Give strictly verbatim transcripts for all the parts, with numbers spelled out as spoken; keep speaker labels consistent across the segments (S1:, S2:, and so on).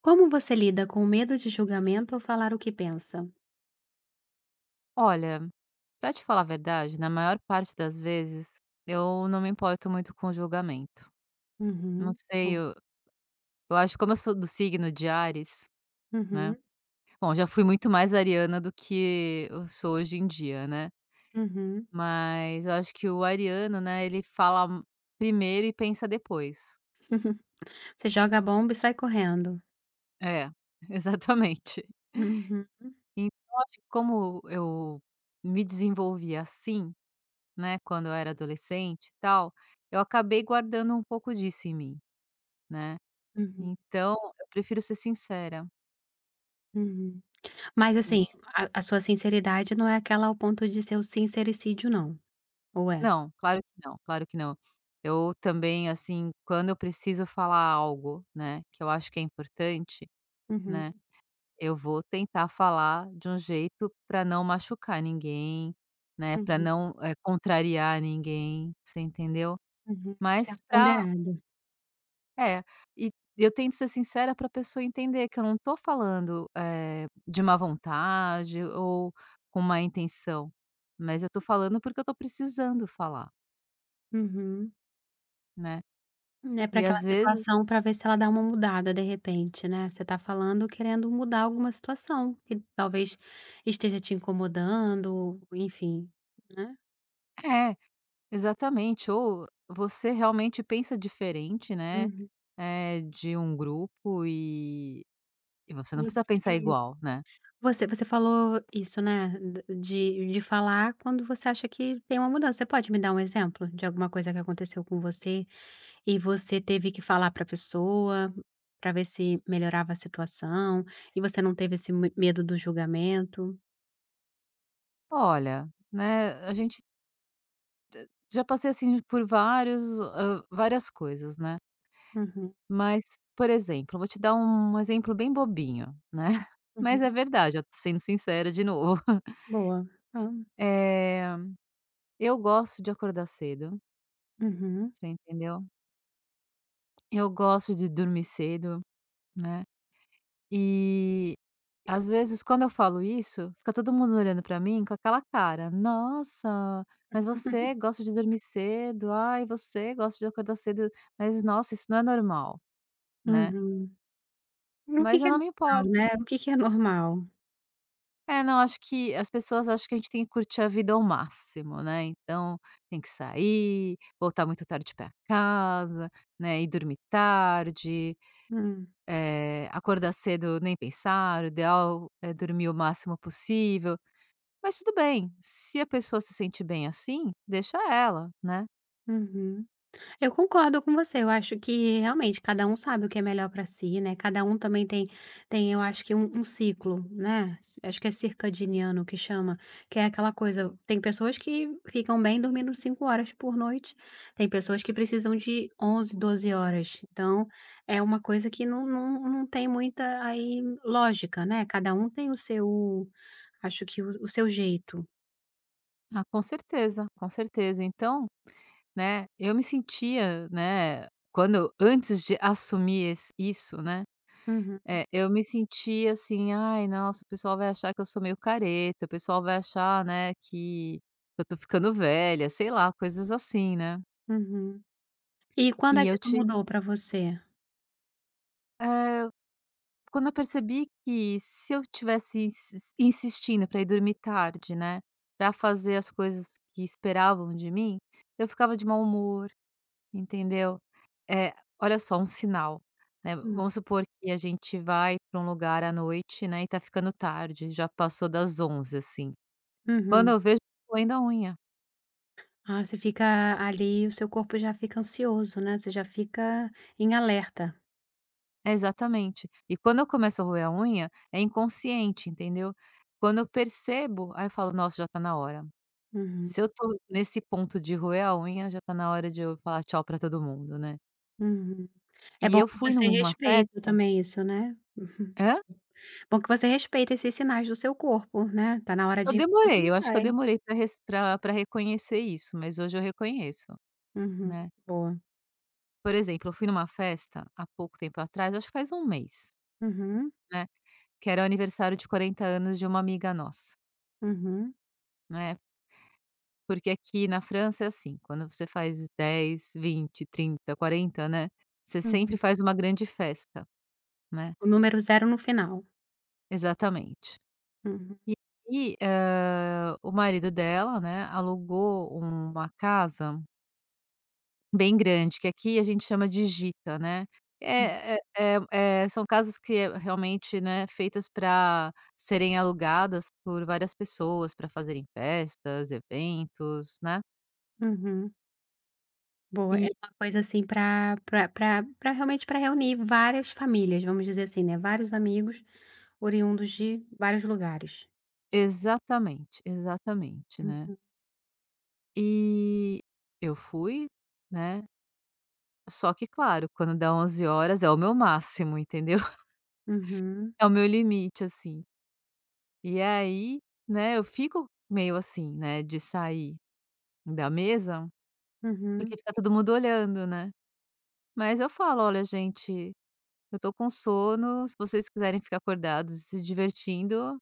S1: Como você lida com o medo de julgamento ou falar o que pensa?
S2: Olha, pra te falar a verdade, na maior parte das vezes, eu não me importo muito com o julgamento. Não
S1: Uhum,
S2: sei,
S1: bom.
S2: eu, eu acho que como eu sou do signo de Ares, né?
S1: Uhum,
S2: Bom, já fui muito mais ariana do que eu sou hoje em dia, né?
S1: uhum.
S2: Mas eu acho que o ariano, né, ele fala m- primeiro e pensa depois.
S1: Você joga a bomba e sai correndo.
S2: É, exatamente.
S1: Uhum,
S2: Então, acho que como eu me desenvolvi assim, né, quando eu era adolescente e tal, eu acabei guardando um pouco disso em mim, né?
S1: uhum,
S2: Então, eu prefiro ser sincera.
S1: uhum. Mas
S2: N
S1: assim, a a sua sinceridade não é aquela ao ponto de ser o sincericídio não, ou é?
S2: não, claro que não, claro que não. Eu também, assim, quando eu preciso falar algo, né, que eu acho que é importante,
S1: Uhum,
S2: né, eu vou tentar falar de um jeito para não machucar ninguém, né, para
S1: uhum,
S2: não, eh, contrariar ninguém, você entendeu?
S1: uhum. Você é
S2: Mas para
S1: ponderada.
S2: É, e eu tento ser sincera para a pessoa entender que eu não tô falando, eh, de má vontade ou com má intenção, mas eu tô falando porque eu tô precisando falar,
S1: Uhum.
S2: né.
S1: É, para
S2: E às
S1: aquela
S2: vezes
S1: situação, para ver se ela dá uma mudada de repente, né. Você tá falando querendo mudar alguma situação que talvez esteja te incomodando, enfim, né.
S2: é, exatamente, ou você realmente pensa diferente, né,
S1: Uhum.
S2: eh, de um grupo e e você não precisa pensar
S1: Sim.
S2: igual, né.
S1: Você você falou isso, né, de de falar quando você acha que tem uma mudança. Você pode me dar um exemplo de alguma coisa que aconteceu com você e você teve que falar pra pessoa, para ver se melhorava a situação, e você não teve esse me medo do julgamento?
S2: "Olha, né, a gente já passei assim por vários hã, várias coisas, né".
S1: Uhum,
S2: Mas, por exemplo, vou te dar um exemplo bem bobinho, né, mas é
S1: uhum.
S2: verdade, eu tô sendo sincera de novo.
S1: Boa. Tá.
S2: Eh, eu gosto de acordar cedo,
S1: Uhum.
S2: você entendeu? Eu gosto de dormir cedo, né, e às vezes quando eu falo isso, fica todo mundo olhando pra mim com aquela cara: "Nossa, mas você gosta de dormir cedo. Ai, você gosta de acordar cedo, mas nossa, isso não é normal", né,
S1: Uhum. O que
S2: mas
S1: que
S2: eu
S1: é
S2: não me
S1: normal,
S2: importo.
S1: né, o que que é normal.
S2: É, não, acho que as pessoas acham que a gente tem que curtir a vida ao máximo, né, então tem que sair, voltar muito tarde pra casa, né, e dormir tarde,
S1: Hum.
S2: eh, acordar cedo nem pensar, o ideal é dormir o máximo possível, mas tudo bem, se a pessoa se sente bem assim, deixa ela, né.
S1: Uhum. Eu concordo com você, eu acho que realmente cada um sabe o que é melhor para si, né, cada um também tem tem eu acho que um um ciclo, né, acho que é circadiano que chama, que é aquela coisa tem pessoas que ficam bem dormindo cinco horas por noite, tem pessoas que precisam de onze, doze horas, então é uma coisa que não não não tem muita aí lógica, né, cada um tem o seu, acho que o o seu jeito.
S2: Ah, com certeza, com certeza. Então, né, eu me sentia, né, quando antes de assumir esse isso, né.
S1: Uhum,
S2: É, eu me senti assim: "Ai, nossa, o pessoal vai achar que eu sou meio careta, o pessoal vai achar, né, que eu tô ficando velha", sei lá, coisas assim, né.
S1: uhum. E quando é
S2: E
S1: que
S2: eu
S1: isso
S2: te,
S1: mudou para você?
S2: eh, quando eu percebi que se eu tivesse insis insistindo para ir dormir tarde, né, para fazer as coisas que esperavam de mim, eu ficava de mau humor, entendeu. É, olha só, um sinal, né,
S1: Hum,
S2: vamos supor que a gente vai para um lugar à noite, né, e tá ficando tarde, já passou das onze, assim. Quando
S1: uhum.
S2: eu vejo, eu tô roendo a unha.
S1: Ah, você fica ali o seu corpo já fica ansioso, né, você já fica em alerta.
S2: É, exatamente. E quando eu começo a roer a unha, é inconsciente, entendeu. Quando eu percebo, aí eu falo: "Nossa, já tá na hora".
S1: Uhum,
S2: Se eu tô nesse ponto de roer a unha, já tá na hora de eu falar tchau pra todo mundo, né.
S1: uhum.
S2: E
S1: É bom
S2: eu
S1: que
S2: fui
S1: você
S2: numa
S1: respeita
S2: festa
S1: também isso, né. Uhum.
S2: hã?
S1: Bom que você respeita esses sinais do seu corpo, né, tá na hora
S2: Eu
S1: de ir embora,
S2: demorei,
S1: não
S2: eu acho que eu
S1: vai.
S2: demorei pra res pra pra reconhecer isso, mas hoje eu reconheço,
S1: Uhum,
S2: né.
S1: boa.
S2: Por exemplo, eu fui numa festa há pouco tempo atrás, acho que faz um mês,
S1: Uhum,
S2: né, que era o aniversário de quarenta anos de uma amiga nossa,
S1: uhum,
S2: né. Porque aqui na França é assim, quando você faz dez, vinte, trinta, quarenta, né, você sempre
S1: uhum.
S2: faz uma grande festa, né.
S1: O número zero no final.
S2: Exatamente.
S1: Uhum,
S2: E aí, hã, o marido dela, né, alugou uma casa bem grande, que aqui a gente chama de Gita, né. É é é é são casas que é realmente, né, feitas para serem alugadas por várias pessoas para fazerem festas, eventos, né.
S1: uhum. Boa,
S2: E
S1: é uma coisa assim para para pra realmente para reunir várias famílias, vamos dizer assim, né, vários amigos oriundos de vários lugares.
S2: exatamente, exatamente, né.
S1: Uhum.
S2: E eu fui, né, só que claro, quando dá onze horas é o meu máximo, entendeu?
S1: Uhum,
S2: É o meu limite, assim. E aí, né, eu fico meio assim, né, de sair da mesa, porque
S1: uhum,
S2: fica todo mundo olhando, né. Mas eu falo: "Olha gente, eu tô com sono, se vocês quiserem ficar acordados e se divertindo,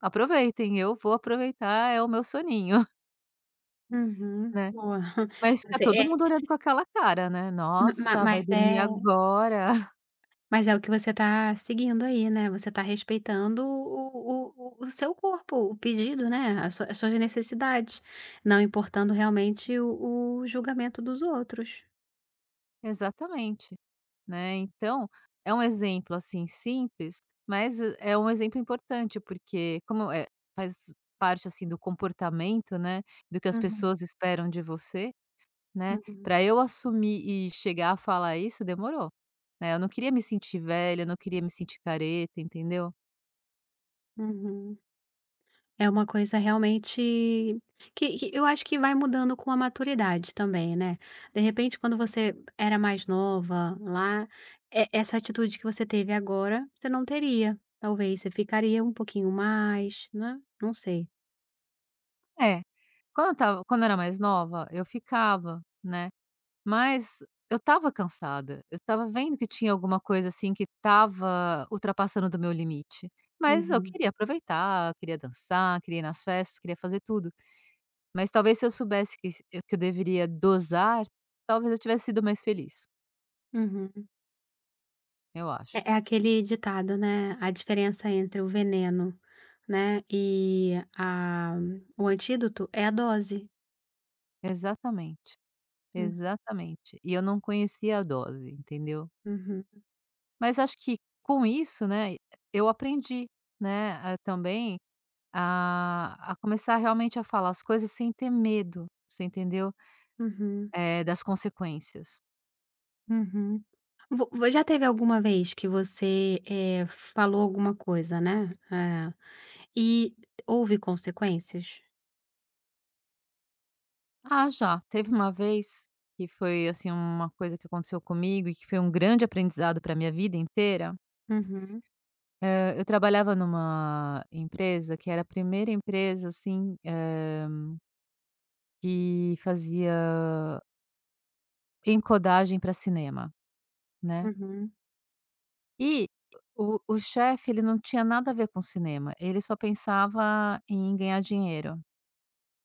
S2: aproveitem, eu vou aproveitar é o meu soninho",
S1: uhum,
S2: né.
S1: boa.
S2: Mas fica
S1: Você
S2: todo
S1: é
S2: mundo olhando com aquela cara, né,
S1: ma
S2: "Nossa, vai
S1: mas
S2: dormir
S1: é
S2: agora".
S1: Mas é o que você está seguindo aí, né, você está respeitando o o o o seu corpo, o pedido, né, a sua, as suas necessidades, não importando realmente o o julgamento dos outros.
S2: Exatamente, né. Então, é um exemplo, assim, simples, mas eh, é um exemplo importante, porque como é faz parte, assim, do comportamento, né, do que as
S1: Uhum,
S2: pessoas esperam de você, né,
S1: uhum,
S2: para eu assumir e chegar a falar isso demorou, né. Eu não queria me sentir velha, eu não queria me sentir careta, entendeu.
S1: uhum. É uma coisa realmente que que eu acho que vai mudando com a maturidade também, né. De repente, quando você era mais nova lá, e essa atitude que você teve agora, você não teria. Talvez você ficaria um pouquinho mais, né, não sei.
S2: É, quando eu estava quando eu era mais nova, eu ficava, né. Mas eu estava cansada, eu estava vendo que tinha alguma coisa, assim, que estava ultrapassando do meu limite, mas eu
S1: Uhum,
S2: queria aproveitar, eu queria dançar, queria ir nas festas, queria fazer tudo, mas talvez se eu soubesse que s que eu deveria dosar, talvez eu tivesse sido mais feliz,
S1: uhum.
S2: eu acho.
S1: É é aquele ditado, né, a diferença entre o veneno, né, e a o antídoto é a dose.
S2: Exatamente,
S1: Hum,
S2: exatamente. E eu não conhecia a dose, entendeu.
S1: uhum,
S2: Mas acho que com isso, né, eu aprendi, né, ah, também A a começar realmente a falar as coisas sem ter medo, você entendeu,
S1: uhum,
S2: eh, das consequências.
S1: uhum. Vo vo Já teve alguma vez que você, eh, falou alguma coisa, né, eh, e houve consequências?
S2: Ah, já, teve uma vez que foi, assim, uma coisa que aconteceu comigo e que foi um grande aprendizado para minha vida inteira,
S1: Uhum,
S2: hã, eu trabalhava numa empresa que era a primeira empresa, assim, hã, que fazia encodagem para cinema, né,
S1: uhum,
S2: e o o chefe ele não tinha nada a ver com cinema, ele só pensava em ganhar dinheiro.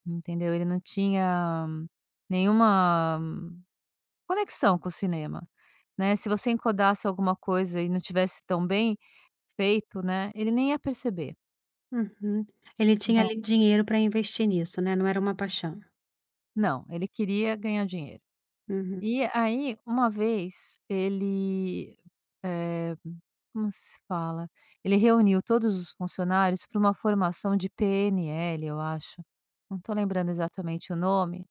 S2: Entendeu? Ele não tinha nenhuma conexão com o cinema, né. Se você encodasse alguma coisa e não tivesse tão bem feito, né, ele nem ia perceber,
S1: uhum. Ele tinha
S2: né.
S1: ali dinheiro para investir nisso, né, não era uma paixão.
S2: Não, ele queria ganhar dinheiro.
S1: Uhum.
S2: E aí, uma vez, ele, eh, como se fala? Ele reuniu todos os funcionários para uma formação de P N L, eu acho. Não estou lembrando exatamente o nome,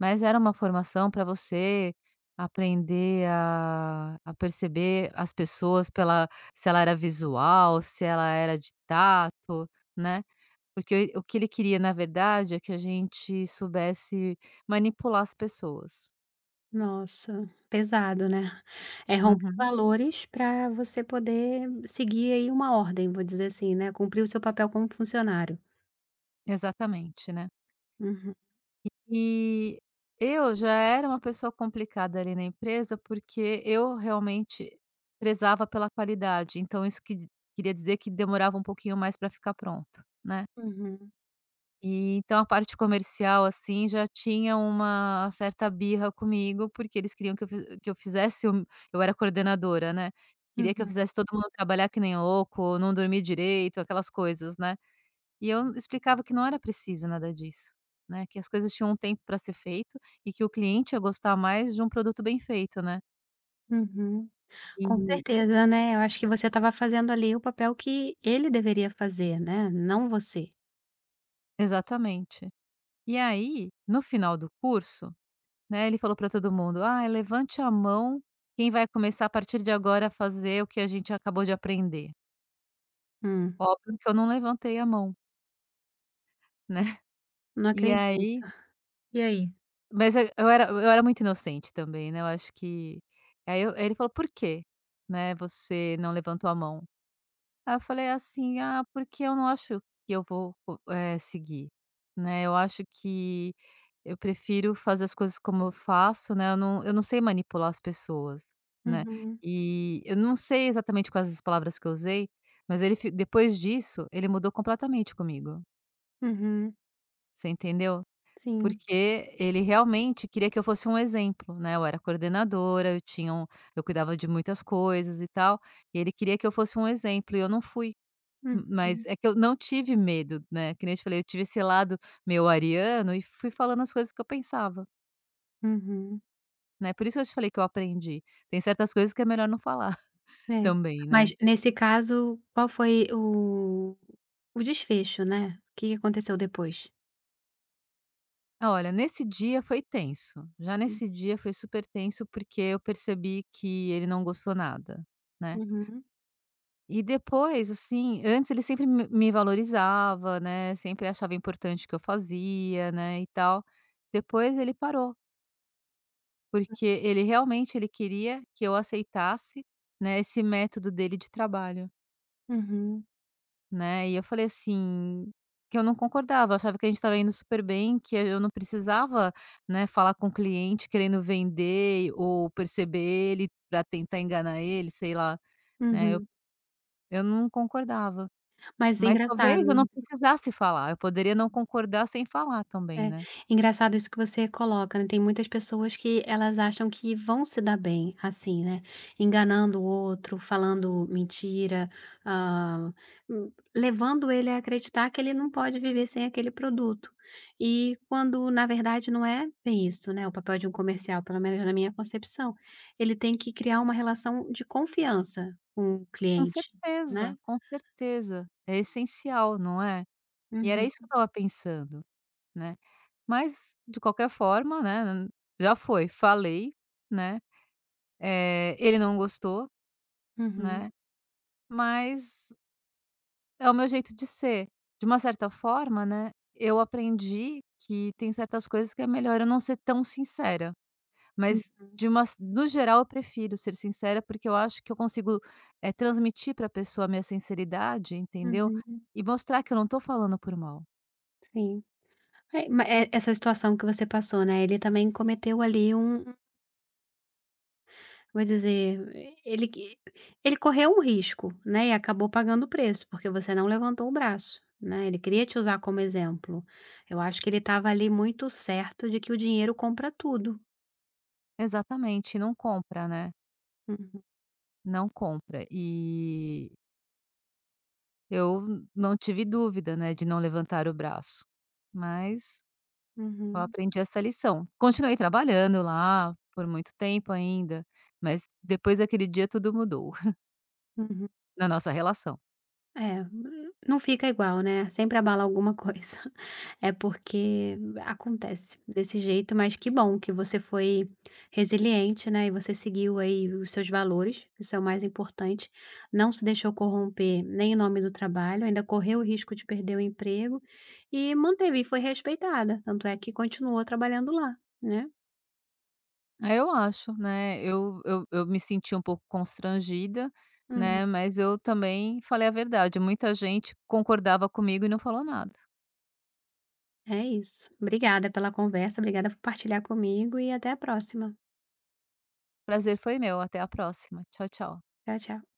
S2: mas era uma formação para você aprender a a perceber as pessoas pela se ela era visual, se ela era de tato, né. Porque o o que ele queria, na verdade, é que a gente soubesse manipular as pessoas.
S1: Nossa, pesado, né. É romper
S2: Uhum.
S1: valores para você poder seguir aí uma ordem, vou dizer assim, né, cumprir o seu papel como funcionário.
S2: Exatamente, né.
S1: Uhum,
S2: E eu já era uma pessoa complicada ali na empresa, porque eu realmente prezava pela qualidade, então isso que queria dizer que demorava um pouquinho mais para ficar pronto, né.
S1: uhum,
S2: E então a parte comercial, assim, já tinha uma certa birra comigo, porque eles queriam que eu fi que eu fizesse o eu era coordenadora, né, queria que eu
S1: uhum,
S2: fizesse todo mundo trabalhar que nem louco, não dormir direito, aquelas coisas, né. E eu explicava que não era preciso nada disso, né, que as coisas tinham um tempo para ser feito e que o cliente ia gostar mais de um produto bem feito, né.
S1: uhum. Com
S2: E
S1: certeza, né, eu acho que você estava fazendo ali o papel que ele deveria fazer, né, não você.
S2: exatamente. E aí, no final do curso, né, ele falou para todo mundo: "Ah, levante a mão quem vai começar a partir de agora a fazer o que a gente acabou de aprender".
S1: Hum,
S2: Óbvio que eu não levantei a mão, né.
S1: não
S2: E
S1: acredito.
S2: aí
S1: E aí?
S2: mas eu eu era eu era muito inocente também, né, eu acho que aí eu aí ele falou: "Por quê, né, você não levantou a mão?". Aí eu falei assim: "Ah, porque eu não acho que eu vou co eh, seguir, né, eu acho que eu prefiro fazer as coisas como eu faço, né, eu não eu não sei manipular as pessoas, né".
S1: Uhum,
S2: E eu não sei exatamente quais as palavras que eu usei, mas ele fi depois disso, ele mudou completamente comigo,
S1: uhum,
S2: você entendeu?
S1: sim,
S2: Porque ele realmente queria que eu fosse um exemplo, né, eu era coordenadora, eu tinha um eu cuidava de muitas coisas e tal, e ele queria que eu fosse um exemplo e eu não fui, mas
S1: uhum,
S2: é que eu não tive medo, né, que nem eu te falei, eu tive esse lado meu ariano e fui falando as coisas que eu pensava,
S1: uhum,
S2: né, por isso que eu te falei que eu aprendi. Tem certas coisas que é melhor não falar
S1: é.
S2: também, né.
S1: Mas nesse caso, qual foi o o desfecho, né, o que que aconteceu depois?
S2: Ah, olha, nesse dia foi tenso, já nesse dia foi super tenso, porque eu percebi que ele não gostou nada, né.
S1: Uhum,
S2: E depois, assim, antes ele sempre me me valorizava, né, sempre achava importante o que eu fazia, né, e tal, depois ele parou. Porque ele realmente ele queria que eu aceitasse, né, esse método dele de trabalho,
S1: uhum,
S2: né. E eu falei assim, que eu não concordava, eu achava que a gente estava indo super bem, que eu não precisava, né, falar com o cliente querendo vender ou perceber ele para tentar enganar ele, sei lá, né, eu
S1: uhum.
S2: eu não concordava.
S1: Mas
S2: Mas talvez eu não
S1: engraçado
S2: precisasse falar, eu poderia não concordar sem falar também,
S1: É,
S2: né.
S1: engraçado isso que você coloca, né, tem muitas pessoas que elas acham que vão se dar bem, assim, né, enganando o outro, falando mentira, ah, hum, levando ele a acreditar que ele não pode viver sem aquele produto. E quando, na verdade, não é bem isso, né, o papel de um comercial, pelo menos na minha concepção. Ele tem que criar uma relação de confiança com o
S2: Com
S1: cliente,
S2: certeza,
S1: né.
S2: com certeza, é essencial, não é. E era
S1: Uhum,
S2: isso que eu estava pensando, né. Mas, de qualquer forma, né, já foi, falei, né, eh, ele não gostou,
S1: uhum,
S2: né, mas é o meu jeito de ser. De uma certa forma, né, eu aprendi que tem certas coisas que é melhor eu não ser tão sincera, mas
S1: uhum,
S2: de uma no geral eu prefiro ser sincera, porque eu acho que eu consigo, eh, transmitir para a pessoa a minha sinceridade, entendeu,
S1: uhum,
S2: e mostrar que eu não tô falando por mal.
S1: sim. É, ma eh, essa situação que você passou, né, ele também cometeu ali um, vou dizer, ele que ele correu um risco, né, e acabou pagando o preço, porque você não levantou o braço, né, ele queria te usar como exemplo. Eu acho que ele estava ali muito certo de que o dinheiro compra tudo.
S2: Exatamente, não compra, né,
S1: Uhum,
S2: não compra. E Eu não tive dúvida, né, de não levantar o braço, mas eu
S1: uhum,
S2: aprendi essa lição. Continuei trabalhando lá por muito tempo ainda, mas depois daquele dia tudo mudou
S1: uhum.
S2: na nossa relação.
S1: É, hum, não fica igual, né, sempre abala alguma coisa. É porque acontece desse jeito, mas que bom que você foi resiliente, né, e você seguiu aí os seus valores, isso é o mais importante. Não se deixou corromper nem em nome do trabalho, ainda correu o risco de perder o emprego e manteve e foi respeitada, tanto é que continuou trabalhando lá, né.
S2: Ah, eu acho, né, eu eu eu me senti um pouco constrangida,
S1: Uhum.
S2: né, mas eu também falei a verdade, muita gente concordava comigo e não falou nada.
S1: É isso. Obrigada pela conversa, obrigada por partilhar comigo e até a próxima.
S2: Prazer foi meu, até a próxima. Tchau, tchau.
S1: Tchau, tchau.